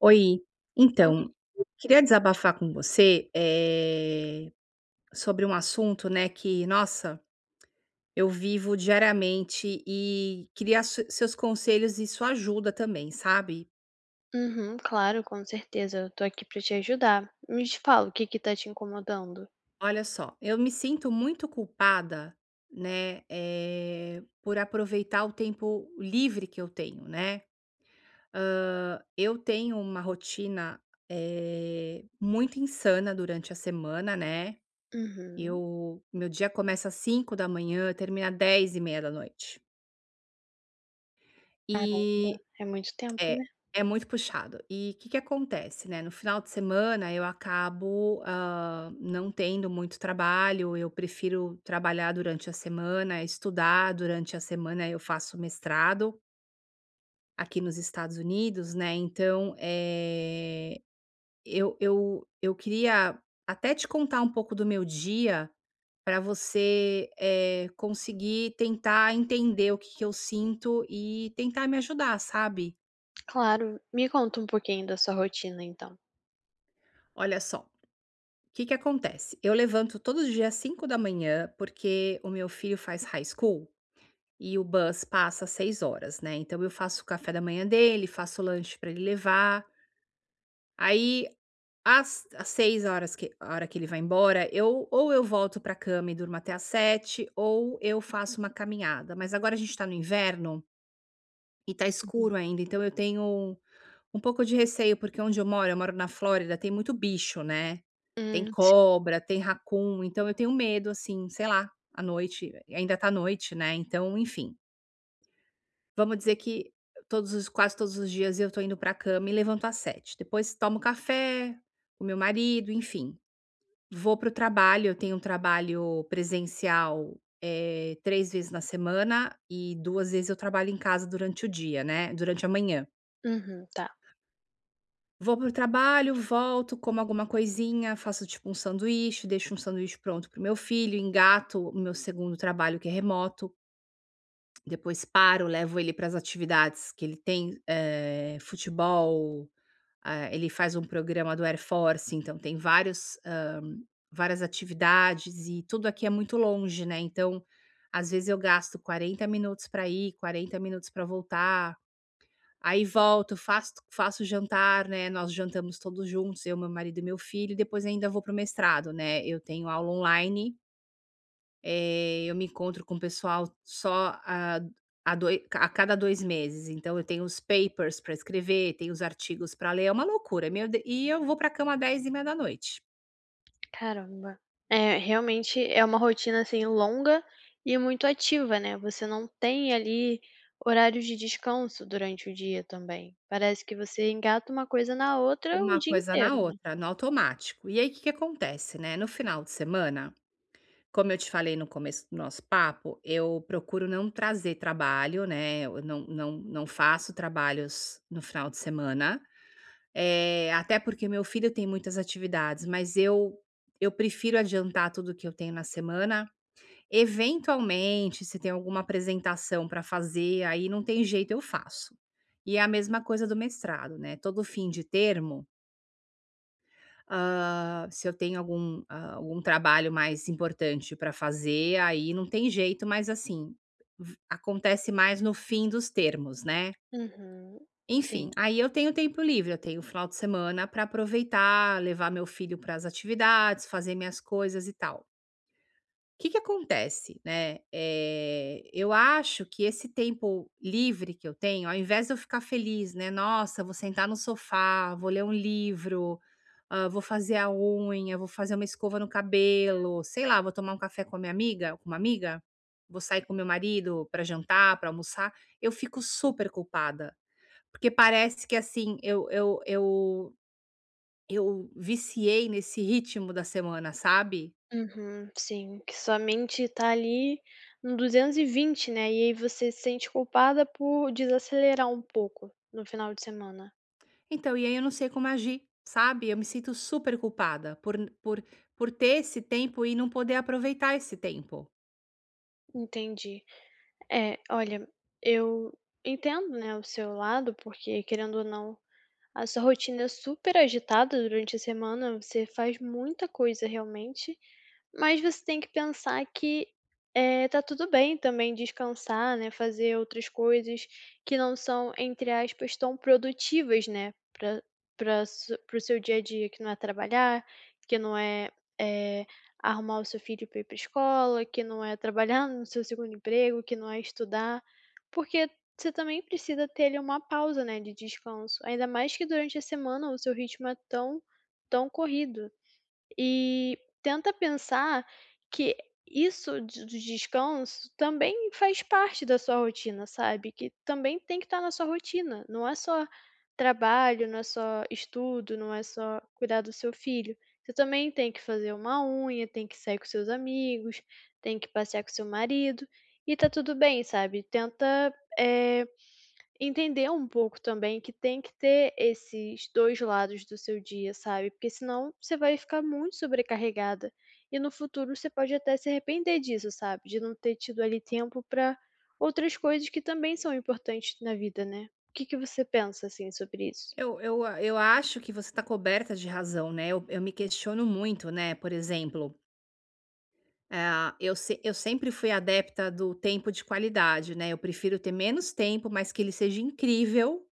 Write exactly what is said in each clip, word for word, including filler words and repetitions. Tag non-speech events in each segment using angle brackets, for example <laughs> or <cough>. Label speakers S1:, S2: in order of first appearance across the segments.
S1: Oi, então, eu queria desabafar com você, eh, sobre um assunto, né, que, nossa, eu vivo diariamente e queria su seus conselhos e sua ajuda também, sabe.
S2: Uhum, claro, com certeza, eu tô aqui pra te ajudar. Me fala o que que tá te incomodando.
S1: Olha só, eu me sinto muito culpada, né, eh, por aproveitar o tempo livre que eu tenho, né. Hã, eu tenho uma rotina, eh, muito insana durante a semana, né.
S2: Uhum.
S1: Eu meu dia começa às cinco da manhã, termina vinte e duas horas e meia da noite. E
S2: Caramba, é muito tempo, né?
S1: é, é muito puxado. E o que que acontece, né, no final de semana eu acabo, hã, não tendo muito trabalho, eu prefiro trabalhar durante a semana, estudar durante a semana, eu faço mestrado aqui nos Estados Unidos, né, então, eh Eu eu eu queria até te contar um pouco do meu dia, para você, eh, conseguir tentar entender o que que eu sinto e tentar me ajudar, sabe.
S2: Claro, me conta um pouquinho da sua rotina então.
S1: Olha só, o que que acontece, eu levanto todos os dias cinco da manhã porque o meu filho faz high school e o bus passa às seis horas, né, então eu faço o café da manhã dele, faço o lanche para ele levar. Aí, às às dezoito horas que a hora que ele vai embora, eu ou eu volto pra cama e durmo até às sete, ou eu faço uma caminhada. Mas agora a gente tá no inverno e tá
S2: Uhum.
S1: escuro ainda, então eu tenho um pouco de receio, porque onde eu moro, eu moro na Flórida, tem muito bicho, né. Tem
S2: Hum,
S1: cobra, tem raccoon, então eu tenho medo, assim, sei lá, à noite ainda tá noite, né, então, enfim. Vamos dizer que todos os quase todos os dias eu tô indo pra cama e levanto às sete. Depois tomo café com meu marido, enfim, vou para o trabalho. Eu tenho um trabalho presencial, eh, três vezes na semana e duas vezes eu trabalho em casa durante o dia, né, durante a manhã.
S2: uhum, tá.
S1: Vou para o trabalho, volto, como alguma coisinha, faço tipo um sanduíche, deixo um sanduíche pronto para o meu filho, engato o meu segundo trabalho, que é remoto. Depois paro, levo ele para as atividades que ele tem, eh, futebol, ah, ele faz um programa do Air Force, então tem vários, hã, várias atividades, e tudo aqui é muito longe, né, então, às vezes eu gasto quarenta minutos para ir, quarenta minutos para voltar, aí volto, faço faço jantar, né, nós jantamos todos juntos, eu, meu marido e meu filho, e depois ainda vou para o mestrado, né, eu tenho aula online. Eh, eu me encontro com o pessoal só a a doi a cada dois meses, então eu tenho os papers para escrever, tenho os artigos para ler, é uma loucura, meu de e eu vou para a cama às dez e meia da noite.
S2: Caramba. É, realmente é uma rotina, assim, longa e muito ativa, né? Você não tem ali horários de descanso durante o dia também. Parece que você engata uma coisa na outra o
S1: Uma
S2: dia
S1: coisa na
S2: inteiro, né.
S1: outra, no automático. E aí o que que acontece, né, no final de semana, como eu te falei no começo do nosso papo, eu procuro não trazer trabalho, né, eu não não não faço trabalhos no final de semana. Eh, até porque meu filho tem muitas atividades, mas eu eu prefiro adiantar tudo que eu tenho na semana. Eventualmente, se tem alguma apresentação para fazer, aí não tem jeito, eu faço. E é a mesma coisa do mestrado, né, todo fim de termo, hã, se eu tenho algum, hã, algum trabalho mais importante para fazer, aí não tem jeito, mas assim, v acontece mais no fim dos termos, né.
S2: Uhum,
S1: Enfim,
S2: sim.
S1: aí eu tenho tempo livre, eu tenho o final de semana para aproveitar, levar meu filho para as atividades, fazer minhas coisas e tal. O que que acontece, né, eh, eu acho que esse tempo livre que eu tenho, ao invés de eu ficar feliz, né: "Nossa, vou sentar no sofá, vou ler um livro, hã, vou fazer a unha, vou fazer uma escova no cabelo, sei lá, vou tomar um café com a minha amiga com uma amiga, vou sair com meu marido para jantar, para almoçar", eu fico super culpada. Porque parece que, assim, eu eu eu eu viciei nesse ritmo da semana, sabe.
S2: Uhum, sim, que sua mente tá ali no duzentos e vinte, né, e aí você se sente culpada por desacelerar um pouco no final de semana.
S1: Então, e aí eu não sei como agir, sabe. Eu me sinto super culpada por por por ter esse tempo e não poder aproveitar esse tempo.
S2: Entendi. É, olha, eu entendo, né, o seu lado, porque querendo ou não, a sua rotina é super agitada durante a semana, você faz muita coisa realmente. Mas você tem que pensar que, eh, tá tudo bem também descansar, né, fazer outras coisas que não são, entre aspas, tão produtivas, né, pra para o seu dia a dia, que não é trabalhar, que não é, eh, arrumar o seu filho para ir pra escola, que não é trabalhar <laughs> no seu segundo emprego, que não é estudar. Porque você também precisa ter ali uma pausa, né, de descanso, ainda mais que durante a semana o seu ritmo é tão tão corrido. E tenta pensar que isso de de descanso também faz parte da sua rotina, sabe, que também tem que estar na sua rotina, não é só trabalho, não é só estudo, não é só cuidar do seu filho. Você também tem que fazer uma unha, tem que sair com seus amigos, tem que passear com seu marido, e está tudo bem, sabe. Tenta, eh, entender um pouco também que tem que ter esses dois lados do seu dia, sabe, porque senão você vai ficar muito sobrecarregada, e no futuro você pode até se arrepender disso, sabe, de não ter tido ali tempo para outras coisas que também são importantes na vida, né. O que que você pensa, assim, sobre isso?
S1: Eu eu a eu acho que você está coberta de razão, né. Eu eu me questiono muito, né, por exemplo, eh, eu se eu sempre fui adepta do tempo de qualidade, né. Eu prefiro ter menos tempo, mas que ele seja incrível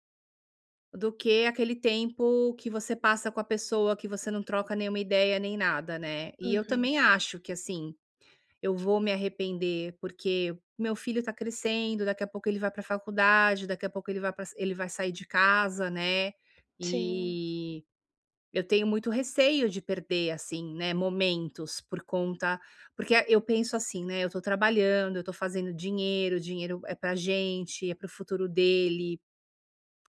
S1: do que aquele tempo que você passa com a pessoa, que você não troca nenhuma ideia nem nada, né. E eu
S2: Uhum,
S1: também acho que, assim, eu vou me arrepender, porque meu filho tá crescendo, daqui a pouco ele vai pra faculdade, daqui a pouco ele vai pra ele vai sair de casa, né.
S2: sim.
S1: E eu tenho muito receio de perder, assim, né, momentos por conta, porque a- eu penso assim, né, eu tô trabalhando, eu tô fazendo dinheiro, dinheiro é pra gente, é para o futuro dele,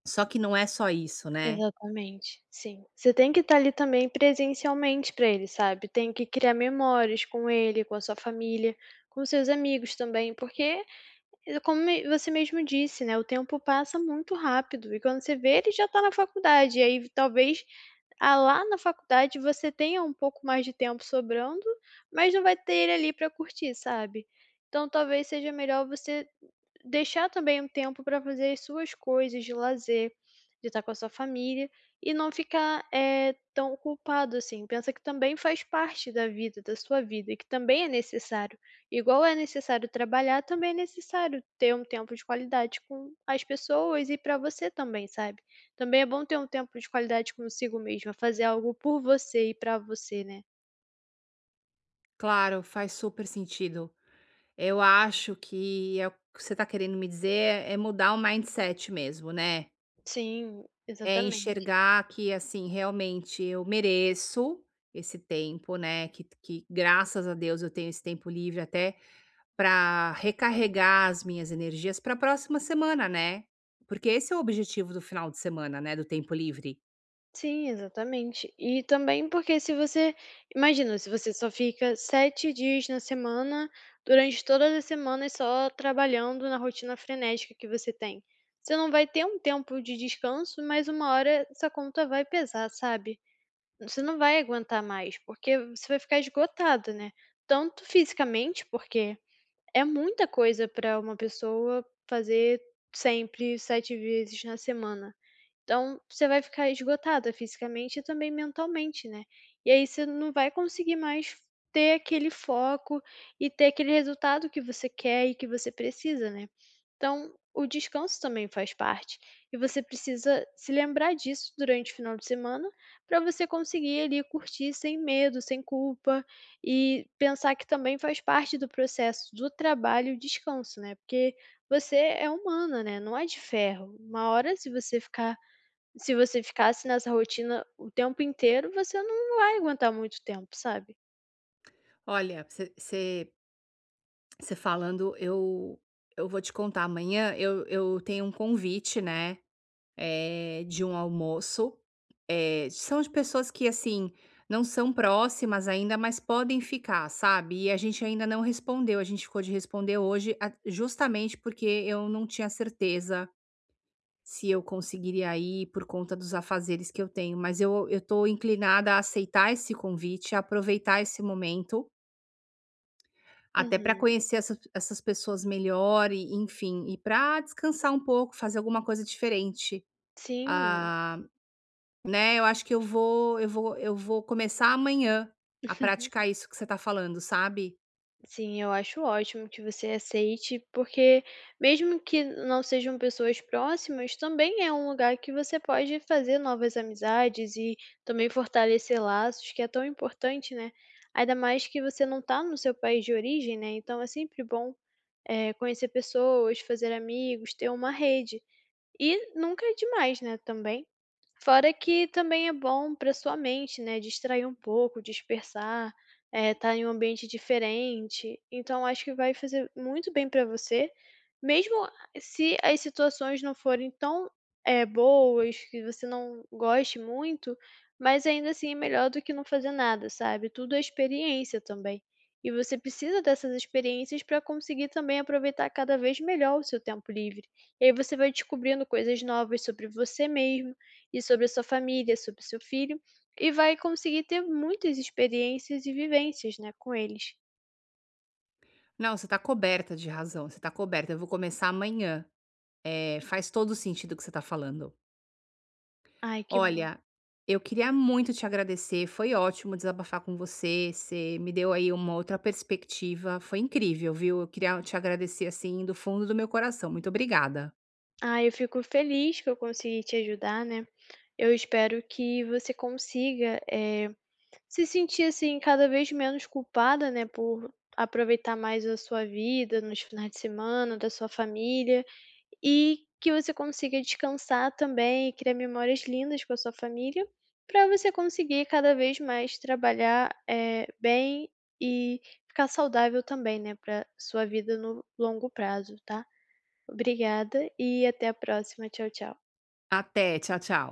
S1: só que não é só isso, né.
S2: Exatamente, sim. Você tem que estar ali também presencialmente para ele, sabe. Tem que criar memórias com ele, com a sua família, com seus amigos também, porque, eh, como me você mesmo disse, né, o tempo passa muito rápido e quando você vê ele já tá na faculdade, e aí talvez ah, lá na faculdade você tenha um pouco mais de tempo sobrando, mas não vai ter ele ali para curtir, sabe. Então talvez seja melhor você deixar também um tempo para fazer as suas coisas de lazer, de estar com a sua família e não ficar, eh, tão culpado assim. Pensa que também faz parte da vida, da sua vida e que também é necessário. Igual é necessário trabalhar, também é necessário ter um tempo de qualidade com as pessoas e para você também, sabe. Também é bom ter um tempo de qualidade consigo mesma, fazer algo por você e pra você, né.
S1: Claro, faz super sentido. Eu acho que é o que você está querendo me dizer é mudar o mindset mesmo, né?
S2: Sim,
S1: É
S2: exatamente.
S1: enxergar que, assim, realmente eu mereço esse tempo, né? Que, que graças a Deus eu tenho esse tempo livre até para recarregar as minhas energias para a próxima semana, né? Porque esse é o objetivo do final de semana, né? Do tempo livre.
S2: Sim, exatamente. E também porque se você imagina, se você só fica sete dias na semana, durante todas as semanas só trabalhando na rotina frenética que você tem, você não vai ter um tempo de descanso, mas uma hora essa conta vai pesar, sabe. Você não vai aguentar mais, porque você vai ficar esgotada, né, tanto fisicamente, porque é muita coisa para uma pessoa fazer sempre sete vezes na semana. Então, você vai ficar esgotada fisicamente e também mentalmente, né. E aí você não vai conseguir mais ter aquele foco e ter aquele resultado que você quer e que você precisa, né. Então, o descanso também faz parte e você precisa se lembrar disso durante o final de semana para você conseguir ali curtir sem medo, sem culpa e pensar que também faz parte do processo do trabalho o descanso, né, porque você é humana, né, não é de ferro. Uma hora se você ficar se você ficasse nessa rotina o tempo inteiro, você não vai aguentar muito tempo, sabe?
S1: Olha, você você falando, eu eu vou te contar, amanhã eu eu tenho um convite, né, é de um almoço, eh, são de pessoas que, assim, não são próximas ainda, mas podem ficar, sabe, e a gente ainda não respondeu, a gente ficou de responder hoje a justamente porque eu não tinha certeza se eu conseguiria ir por conta dos afazeres que eu tenho, mas eu eu tô inclinada a aceitar esse convite, a aproveitar esse momento até para
S2: Uhum.
S1: conhecer essas essas pessoas melhor e enfim, e para descansar um pouco, fazer alguma coisa diferente.
S2: Sim,
S1: Ah, né, eu acho que eu vou eu vou eu vou começar amanhã a praticar isso que você tá falando, sabe.
S2: sim, eu acho ótimo que você aceite, porque mesmo que não sejam pessoas próximas, também é um lugar que você pode fazer novas amizades e também fortalecer laços, que é tão importante, né? Ainda mais que você não tá no seu país de origem, né? Então é sempre bom, eh, conhecer pessoas, fazer amigos, ter uma rede. E nunca é demais, né, também. Fora que também é bom para sua mente, né, distrair um pouco, dispersar, eh, estar em um ambiente diferente. Então acho que vai fazer muito bem para você, mesmo se as situações não forem tão, eh, boas, que você não goste muito, mas ainda assim é melhor do que não fazer nada, sabe. Tudo é experiência também. E você precisa dessas experiências para conseguir também aproveitar cada vez melhor o seu tempo livre. E aí você vai descobrindo coisas novas sobre você mesmo, e sobre a sua família, sobre o seu filho, e vai conseguir ter muitas experiências e vivências, né, com eles.
S1: Não, você tá coberta de razão, você tá coberta, eu vou começar amanhã. Eh, faz todo o sentido o que você tá falando.
S2: Ai, que bom.
S1: Olha, eu queria muito te agradecer. Foi ótimo desabafar com você. Você me deu aí uma outra perspectiva. Foi incrível, viu? Eu queria te agradecer assim do fundo do meu coração. Muito obrigada.
S2: Ah, eu fico feliz que eu consegui te ajudar, né. Eu espero que você consiga, eh, se sentir, assim, cada vez menos culpada, né, por aproveitar mais a sua vida nos finais de semana, da sua família. E que você consiga descansar também e criar memórias lindas com a sua família, para você conseguir cada vez mais trabalhar, eh, bem e ficar saudável também, né, para sua vida no longo prazo, tá. Obrigada e até a próxima. Tchau, tchau.
S1: Até, tchau, tchau.